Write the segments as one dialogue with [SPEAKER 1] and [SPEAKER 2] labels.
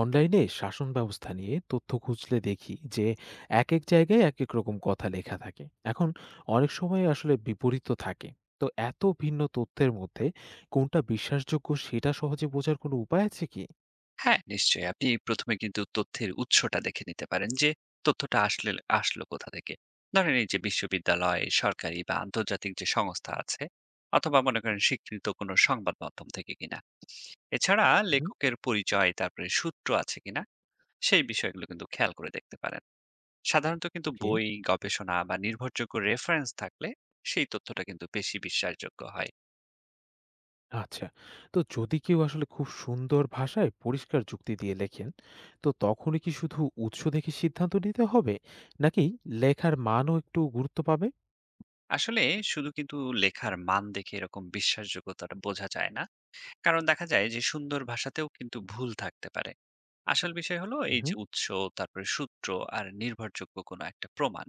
[SPEAKER 1] অনলাইনে শাসন ব্যবস্থা নিয়ে তথ্য খুঁজলে দেখি যে এক এক জায়গায় এক এক রকম কথা লেখা থাকে এখন অনেক সময় আসলে বিপরীত থাকে। তো এত ভিন্ন তথ্যের মধ্যে কোনটা বিশ্বাসযোগ্য সেটা সহজে বোঝার কোনো উপায় আছে কি?
[SPEAKER 2] হ্যাঁ, নিশ্চয়ই। আপনি ১ম এ কিন্তু তথ্যের উৎসটা দেখে নিতে পারেন যে, তথ্যটা আসলে আসলো কোথা থেকে। ধরেন এই যে বিশ্ববিদ্যালয়, সরকারি বা আন্তর্জাতিক যে সংস্থা আছে অথবা মনে করেন স্বীকৃত কোনো সংবাদ মাধ্যম থেকে কিনা। এছাড়া
[SPEAKER 1] হুম,
[SPEAKER 2] লেখকের পরিচয়, তারপরে সূত্র আছে কিনা সেই বিষয়গুলো কিন্তু খেয়াল করে দেখতে পারেন। সাধারণত কিন্তু
[SPEAKER 1] ওকে,
[SPEAKER 2] বই, গবেষণা বা নির্ভরযোগ্য রেফারেন্স থাকলে সেই তথ্যটা কিন্তু বেশি বিশ্বাসযোগ্য হয়।
[SPEAKER 1] আচ্ছা। তো যদি কেউ আসলে খুব সুন্দর ভাষায় পরিষ্কার যুক্তি দিয়ে লেখেন, তো তখনই কি শুধু উৎস দেখে সিদ্ধান্ত নিতে হবে, নাকি লেখার মানও একটু গুরুত্ব পাবে?
[SPEAKER 2] আসলে শুধু কিন্তু লেখার মান দেখে এরকম বিশ্বাসযোগ্যতাটা বোঝা যায় না। কারণ দেখা যায় যে সুন্দর ভাষাতেও কিন্তু ভুল থাকতে পারে। আসল বিষয় হলো এই যে
[SPEAKER 1] হুম।
[SPEAKER 2] উৎস, তারপরে সূত্র আর নির্ভরযোগ্য কোনো একটা প্রমাণ।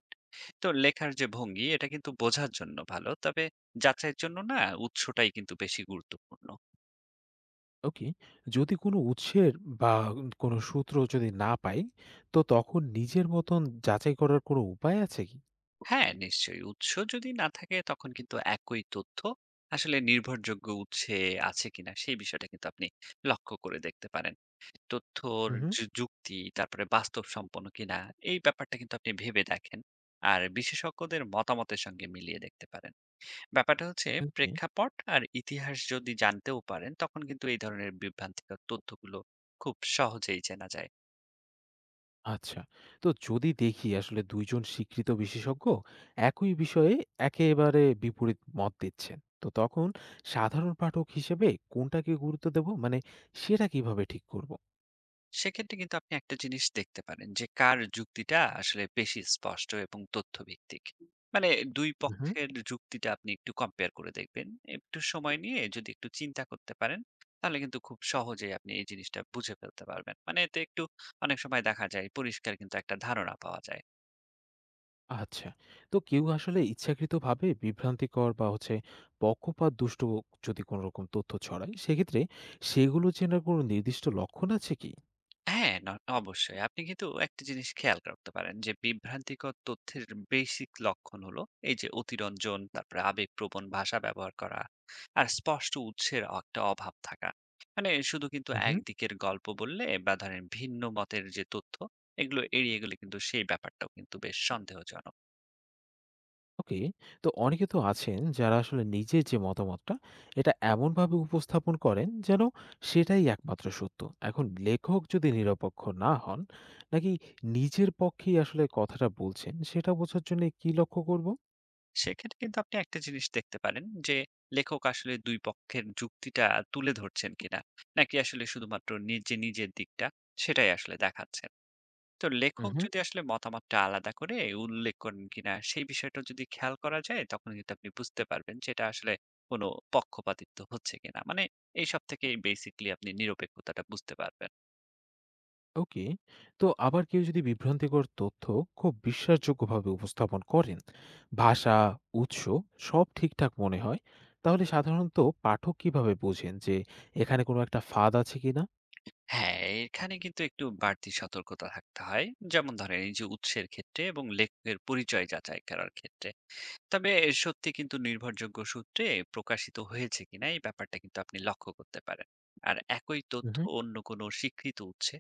[SPEAKER 2] তো লেখার যে ভঙ্গি এটা কিন্তু বোঝার জন্য ভালো। তবে যাচাইয়ের জন্য না, উৎসটাই কিন্তু বেশি গুরুত্বপূর্ণ।
[SPEAKER 1] ওকে। যদি কোনো উৎসের বা কোনো সূত্র যদি না পাই, তো তখন নিজের মতন যাচাই করার কোনো উপায় আছে কি?
[SPEAKER 2] হ্যাঁ, নিশ্চয়ই উৎস যদি না থাকে তখন কিন্তু একই তথ্য আসলে নির্ভরযোগ্য উৎসে আছে কিনা সেই বিষয়টা কিন্তু আপনি লক্ষ্য করে দেখতে পারেন। তথ্যর
[SPEAKER 1] হুম, হুম।
[SPEAKER 2] যে যুক্তি তারপরে বাস্তব সম্পন্ন কিনা এই ব্যাপারটা কিন্তু আপনি ভেবে দেখেন আর বিশেষজ্ঞদের মতামতের সঙ্গে মিলিয়ে দেখতে পারেন। ব্যাপারটা হচ্ছে,
[SPEAKER 1] ওকে,
[SPEAKER 2] প্রেক্ষাপট আর ইতিহাস যদি জানতেও পারেন তখন কিন্তু এই ধরনের বিভ্রান্তিকর তথ্যগুলো খুব সহজেই চেনা যায়।
[SPEAKER 1] আচ্ছা। তো যদি দেখি আসলে ২ জন স্বীকৃত বিশেষজ্ঞ একই বিষয়ে একেবারে বিপরীত মত দিচ্ছেন, তো তখন সাধারণ পাঠক হিসেবে কোনটাকে গুরুত্ব দেব? মানে সেটা কিভাবে ঠিক করব?
[SPEAKER 2] সেক্ষেত্রে কিন্তু আপনি একটা জিনিস দেখতে পারেন যে কার যুক্তিটা আসলে বেশি স্পষ্ট এবং তথ্যভিত্তিক। মানে দুই পক্ষের যুক্তিটা আপনি একটু কম্পেয়ার করে দেখবেন। একটু সময় নিয়ে যদি একটু চিন্তা করতে পারেন তাহলে কিন্তু খুব সহজেই আপনি এই জিনিসটা বুঝে ফেলতে পারবেন। মানে এতে একটু অনেক সময় দেখা যায় পরিষ্কার কিন্তু একটা ধারণা পাওয়া যায়।
[SPEAKER 1] আচ্ছা। তো কেউ আসলে ইচ্ছাকৃতভাবে বিভ্রান্তিকর বা পক্ষপাত দুষ্ট যদি কোনো রকম তথ্য ছড়ায়, সেক্ষেত্রে সেগুলো চেনার কোনো নির্দিষ্ট লক্ষণ আছে কি?
[SPEAKER 2] হ্যাঁ, অবশ্যই। আপনি কিন্তু একটা জিনিস খেয়াল করতে পারেন যে বিভ্রান্তিকর তথ্যের বেসিক লক্ষণ হলো এই যে অতিরঞ্জন, তারপরে আবেগপ্রবণ ভাষা ব্যবহার করা আর স্পষ্ট উৎসের একটা অভাব থাকা। মানে শুধু কিন্তু
[SPEAKER 1] হু, হুম।
[SPEAKER 2] একদিকের গল্প বললে বা ধরেন ভিন্ন মতের যে তথ্য এগুলো এড়িয়ে গেলে কিন্তু সেই ব্যাপারটাও কিন্তু বেশ সন্দেহজনক।
[SPEAKER 1] ওকে। তো অনেকে তো আছেন যারা আসলে নিজের যে মতামতটা, এটা এমনভাবে উপস্থাপন করেন যেন সেটাই একমাত্র সত্য। এখন লেখক যদি নিরপেক্ষ না হন, নাকি নিজের পক্ষেই আসলে কথাটা বলছেন, সেটা বোঝার জন্যে কি লক্ষ্য করব?
[SPEAKER 2] সেক্ষেত্রে কিন্তু আপনি একটা জিনিস দেখতে পারেন যে লেখক আসলে ২ পক্ষের যুক্তিটা তুলে ধরছেন কিনা? নাকি আসলে শুধুমাত্র নিজে নিজের দিকটা সেটাই আসলে দেখাচ্ছেন। তো লেখক যদি আসলে মতামতটা আলাদা করে উল্লেখ করেন কিনা সেই বিষয়টা যদি খেয়াল করা যায় তখন কিন্তু আপনি বুঝতে পারবেন যে এটা আসলে কোনো পক্ষপাতিত্ব হচ্ছে কিনা। মানে এইসব থেকে বেসিকলি আপনি নিরপেক্ষতাটা বুঝতে পারবেন।
[SPEAKER 1] ওকে। তো আবার কেউ যদি বিভ্রান্তিকর তথ্য খুব বিশ্বাসযোগ্যভাবে উপস্থাপন করেন, ভাষা, উৎস সব ঠিকঠাক মনে হয়, তাহলে সাধারণত পাঠক কিভাবে বোঝেন যে এখানে কোনো একটা ফাঁদ আছে কিনা?
[SPEAKER 2] হ্যাঁ, এখানে কিন্তু একটু বাড়তি সতর্কতা থাকতে হয়, যেমন ধরেন এই যে উৎসের ক্ষেত্রে এবং লেখকের পরিচয় যাচাই করার ক্ষেত্রে। তবে সত্যি কিন্তু নির্ভরযোগ্য সূত্রে প্রকাশিত হয়েছে কিনা এই ব্যাপারটা কিন্তু আপনি লক্ষ্য করতে পারেন। আর একই তথ্য
[SPEAKER 1] হুম।
[SPEAKER 2] অন্য কোনো স্বীকৃত উৎসে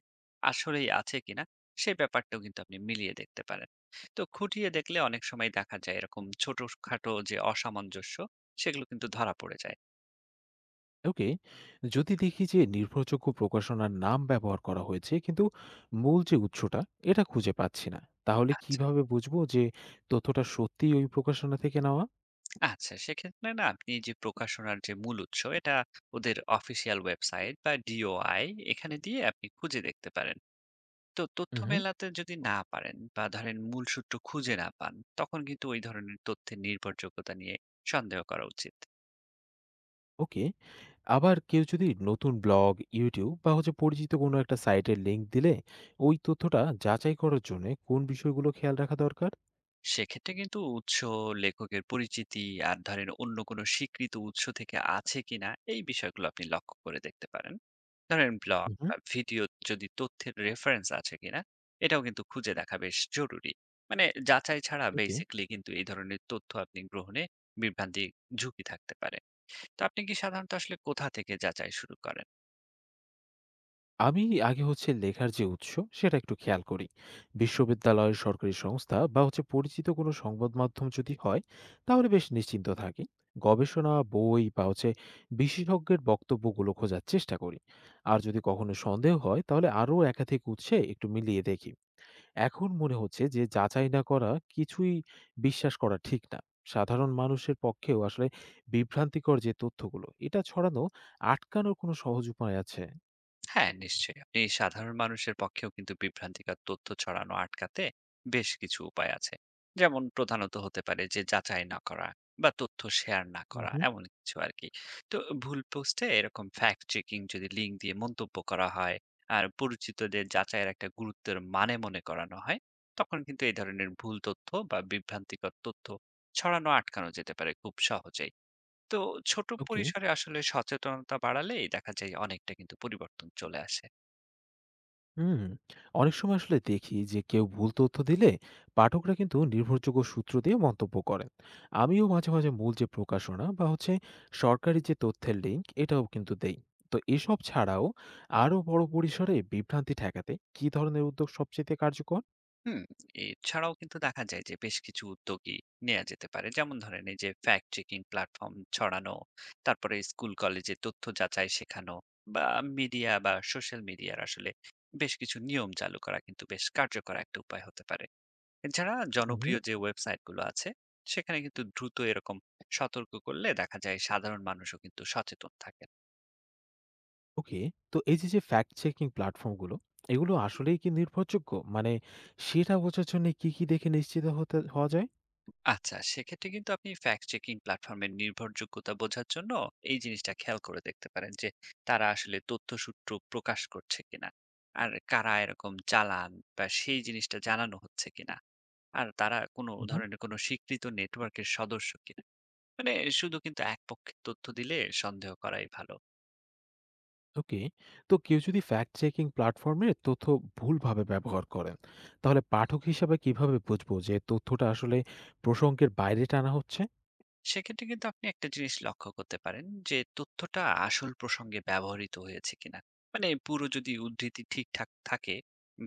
[SPEAKER 2] আসলেই আছে কিনা সেই ব্যাপারটাও কিন্তু আপনি মিলিয়ে দেখতে পারেন। তো খুঁটিয়ে দেখলে অনেক সময় দেখা যায় এরকম ছোটখাটো যে অসামঞ্জস্য সেগুলো কিন্তু ধরা পড়ে যায়।
[SPEAKER 1] ওকে। যদি দেখি যে নির্ভরযোগ্য প্রকাশনার নাম ব্যবহার করা হয়েছে কিন্তু মূল যে উৎসটা এটা খুঁজে পাচ্ছি না, তাহলে
[SPEAKER 2] আচ্ছা,
[SPEAKER 1] কিভাবে বুঝবো যে তথ্যটা সত্যিই ওই প্রকাশনা থেকে নেওয়া?
[SPEAKER 2] আচ্ছা সেক্ষেত্রে না আপনি যে প্রকাশনার যে মূল উৎস এটা ওদের অফিসিয়াল ওয়েবসাইট বা ডিওআই এখানে দিয়ে আপনি খুঁজে দেখতে পারেন। তো তথ্য মেলাতে যদি না পারেন বা ধরেন মূল সূত্র খুঁজে না পান তখন কিন্তু ওই ধরনের তথ্যের নির্ভরযোগ্যতা নিয়ে সন্দেহ করা উচিত।
[SPEAKER 1] ওকে। আবার কেউ যদি নতুন ব্লগ, YouTube বা পরিচিত কোনো একটা সাইটের লিংক দিলে ওই তথ্যটা যাচাই করার জন্যে কোন বিষয়গুলো খেয়াল রাখা দরকার?
[SPEAKER 2] সেক্ষেত্রে কিন্তু উৎস, লেখকের পরিচিতি আর ধরেন অন্য কোনো স্বীকৃত উৎস থেকে আছে কিনা এই বিষয়গুলো আপনি লক্ষ্য করে দেখতে পারেন। ধরেন ব্লগ
[SPEAKER 1] উম হুম।
[SPEAKER 2] বা ভিডিও যদি তথ্যের রেফারেন্স আছে কিনা এটাও কিন্তু খুঁজে দেখা বেশ জরুরি। মানে যাচাই ছাড়া
[SPEAKER 1] ওকে।
[SPEAKER 2] বেসিকলি কিন্তু এই ধরনের তথ্য আপনি গ্রহণে বিভ্রান্তি, ঝুঁকি থাকতে পারে। তো আপনি কি সাধারণত আসলে কোথা থেকে যাচাই শুরু করেন?
[SPEAKER 1] আমি আগে লেখার যে উৎস সেটা একটু খেয়াল করি। বিশ্ববিদ্যালয়, সরকারি সংস্থা বা পরিচিত কোনো সংবাদ মাধ্যম যদি হয়, তাহলে বেশ নিশ্চিন্ত থাকি। গবেষণা, বই বা বিশেষজ্ঞের বক্তব্যগুলো খোঁজার চেষ্টা করি। আর যদি কখনো সন্দেহ হয় তাহলে আরও একাধিক উৎসে একটু মিলিয়ে দেখি। এখন মনে হচ্ছে যে যাচাই না করা কিছুই বিশ্বাস করা ঠিক না। সাধারণ মানুষের পক্ষেও আসলে বিভ্রান্তিকর যে তথ্যগুলো, এটা ছড়ানো আটকানোর কোনো সহজ উপায় আছে?
[SPEAKER 2] হ্যাঁ, নিশ্চয়ই। আপনি সাধারণ মানুষের পক্ষেও কিন্তু বিভ্রান্তিকর তথ্য ছড়ানো আটকাতে বেশ কিছু উপায় আছে। যেমন প্রধানত হতে পারে যে যাচাই না করা বা তথ্য শেয়ার না
[SPEAKER 1] হুম,
[SPEAKER 2] করা এমন কিছু আরকি। তো ভুল পোস্টে এরকম ফ্যাক্ট চেকিং যদি লিঙ্ক দিয়ে মন্তব্য করা হয় আর পরিচিতদের যাচাইয়ের একটা গুরুত্বের মানে মনে করানো হয়, তখন কিন্তু এই ধরনের ভুল তথ্য বা বিভ্রান্তিকর তথ্য ছড়ানো আটকানো যেতে পারে খুব সহজেই। তো ছোট
[SPEAKER 1] ওকে,
[SPEAKER 2] পরিসরে আসলে সচেতনতা বাড়ালেই দেখা যায় অনেকটা কিন্তু পরিবর্তন চলে আসে।
[SPEAKER 1] হুম। অনেক সময় আসলে দেখি যে কেউ ভুল তথ্য দিলে পাঠকরা কিন্তু নির্ভরযোগ্য সূত্র দিয়ে মন্তব্য করেন। আমিও মাঝে মাঝে মূল যে প্রকাশনা বা সরকারি যে তথ্যের লিংক এটাও কিন্তু দেই। তো এসব ছাড়াও আরো বড় পরিসরে বিভ্রান্তি ঠেকাতে কি ধরনের উদ্যোগ সবচেয়ে কার্যকর?
[SPEAKER 2] হুম, এছাড়াও কিন্তু দেখা যায় যে বেশ কিছু উদ্যোগই নেওয়া যেতে পারে, যেমন ধরেন এই যে ফ্যাক্ট চেকিং প্ল্যাটফর্ম ছড়ানো, তারপরে স্কুল কলেজে তথ্য যাচাই শেখানো, বা মিডিয়া বা সোশ্যাল মিডিয়ার আসলে বেশ কিছু নিয়ম চালু করা কিন্তু বেশ কার্যকর একটা উপায় হতে পারে। এছাড়া জনপ্রিয় যে ওয়েবসাইট গুলো আছে সেখানে কিন্তু দ্রুত এরকম সতর্ক করলে দেখা যায় সাধারণ মানুষও কিন্তু সচেতন থাকে।
[SPEAKER 1] ওকে। তো এই যে, যে, ফ্যাক্ট চেকিং প্ল্যাটফর্ম গুলো, এগুলো আসলেই কি নির্ভরযোগ্য? মানে সেটা বোঝার জন্য কি দেখে নিশ্চিত হতে হওয়া যায়?
[SPEAKER 2] আচ্ছা, সেক্ষেত্রে কিন্তু আপনি ফ্যাক্ট চেকিং প্ল্যাটফর্মের নির্ভরযোগ্যতা বোঝার জন্য এই জিনিসটা খেয়াল করে দেখতে পারেন যে তারা আসলে তথ্যসূত্র প্রকাশ করছে কিনা, আর কারা এরকম চালান বা সেই জিনিসটা জানানো হচ্ছে কিনা, আর তারা কোনো
[SPEAKER 1] উহু।
[SPEAKER 2] ধরনের কোনো স্বীকৃত নেটওয়ার্কের সদস্য কিনা। মানে শুধু কিন্তু এক পক্ষের তথ্য দিলে সন্দেহ করাই ভালো।
[SPEAKER 1] ওকে। তো কেউ যদি ফ্যাক্ট চেকিং প্ল্যাটফর্ম এর তথ্য ভুলভাবে ব্যবহার করেন, তাহলে পাঠক হিসাবে কিভাবে বুঝবো যে, তথ্যটা আসলে প্রসঙ্গের বাইরে টানা হচ্ছে?
[SPEAKER 2] সেক্ষেত্রে কিন্তু আপনি একটা জিনিস লক্ষ্য করতে পারেন যে তথ্যটা আসল প্রসঙ্গে ব্যবহৃত হয়েছে কিনা, মানে পুরো যদি উদ্ধৃতি ঠিকঠাক থাকে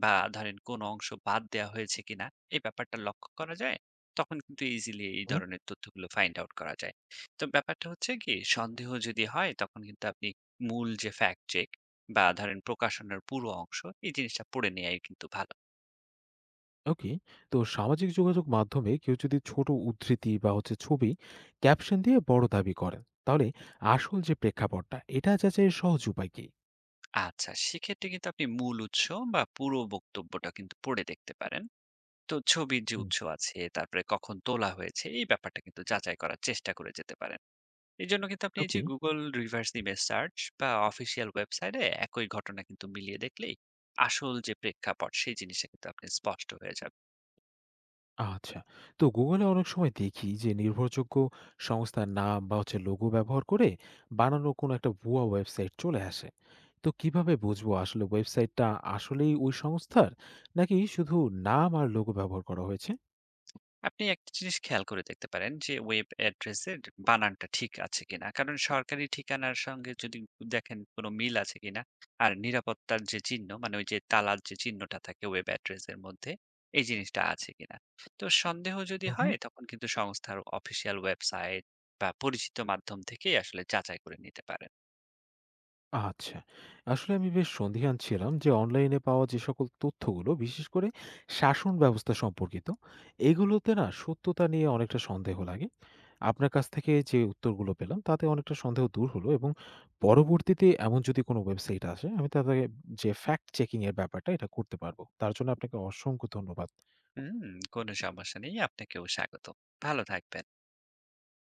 [SPEAKER 2] বা ধরেন কোন অংশ বাদ দেওয়া হয়েছে কিনা এই ব্যাপারটা লক্ষ্য করা যায়, তখন কিন্তু ইজিলি এই
[SPEAKER 1] হুম।
[SPEAKER 2] ধরনের তথ্যগুলো ফাইন্ড আউট করা যায়। তো ব্যাপারটা হচ্ছে কি, সন্দেহ যদি হয় তখন কিন্তু আপনি মূল যে ফ্যাক্ট চেক বা ধরেন প্রকাশনার পুরো অংশ এই জিনিসটা পড়ে নেওয়াই কিন্তু ভালো।
[SPEAKER 1] ওকে। তো সামাজিক যোগাযোগ মাধ্যমে কেউ যদি ছোট উদ্ধৃতি বা ছবি ক্যাপশন দিয়ে বড় দাবি করেন, তাহলে আসল যে প্রেক্ষাপটটা এটা যাচাইয়ের সহজ উপায় কি?
[SPEAKER 2] আচ্ছা, সেক্ষেত্রে কিন্তু আপনি মূল উৎস বা পুরো বক্তব্যটা কিন্তু পড়ে দেখতে পারেন। তো ছবির যে
[SPEAKER 1] হুম।
[SPEAKER 2] উৎস আছে তারপরে কখন তোলা হয়েছে এই ব্যাপারটা কিন্তু যাচাই করার চেষ্টা করে যেতে পারেন। এই জন্য কিন্তু আপনি এই যে
[SPEAKER 1] okay.
[SPEAKER 2] Google reverse image search বা অফিসিয়াল ওয়েবসাইটে একই ঘটনা কিন্তু মিলিয়ে দেখলেই আসল যে প্রেক্ষাপট সেই জিনিসটা কিন্তু আপনি স্পষ্ট হয়ে যাবে।
[SPEAKER 1] আচ্ছা। তো Google এ অনেক সময় দেখি যে নির্ভরযোগ্য সংস্থার নাম বা লোগো ব্যবহার করে বানানো কোনো একটা ভুয়া ওয়েবসাইট চলে আসে। তো কিভাবে বুঝবো আসলে ওয়েবসাইটটা আসলেই ওই সংস্থার, নাকি শুধু নাম আর লোগো ব্যবহার করা হয়েছে?
[SPEAKER 2] আপনি একটা জিনিস খেয়াল করে দেখতে পারেন যে ওয়েব অ্যাড্রেসের বানানটা ঠিক আছে কিনা, কারণ সরকারি ঠিকানার সঙ্গে যদি দেখেন কোনো মিল আছে কিনা, আর নিরাপত্তার যে চিহ্ন মানে ওই যে তালার যে চিহ্নটা থাকে ওয়েব অ্যাড্রেসের মধ্যে এই জিনিসটা আছে কিনা। তো সন্দেহ যদি হয় তখন কিন্তু সংস্থার অফিসিয়াল ওয়েবসাইট বা পরিচিত মাধ্যম থেকেই আসলে যাচাই করে নিতে পারেন।
[SPEAKER 1] আচ্ছা। আসলে আমি বেশ সন্দিহান ছিলাম যে অনলাইনে পাওয়া যে সকল তথ্যগুলো, বিশেষ করে শাসন ব্যবস্থা সম্পর্কিত, এগুলোতে না সত্যতা নিয়ে অনেকটা সন্দেহ লাগে। আপনার কাছ থেকে যে উত্তরগুলো পেলাম তাতে অনেকটা সন্দেহ দূর হলো এবং পরবর্তীতে এমন যদি কোনো ওয়েবসাইট আসে আমি তাদেরকে যে ফ্যাক্ট চেকিং এর ব্যাপারটা এটা করতে পারবো। তার জন্য আপনাকে অসংখ্য ধন্যবাদ।
[SPEAKER 2] হুম, কোনো সমস্যা নেই। আপনাকেও স্বাগত। ভালো থাকবেন।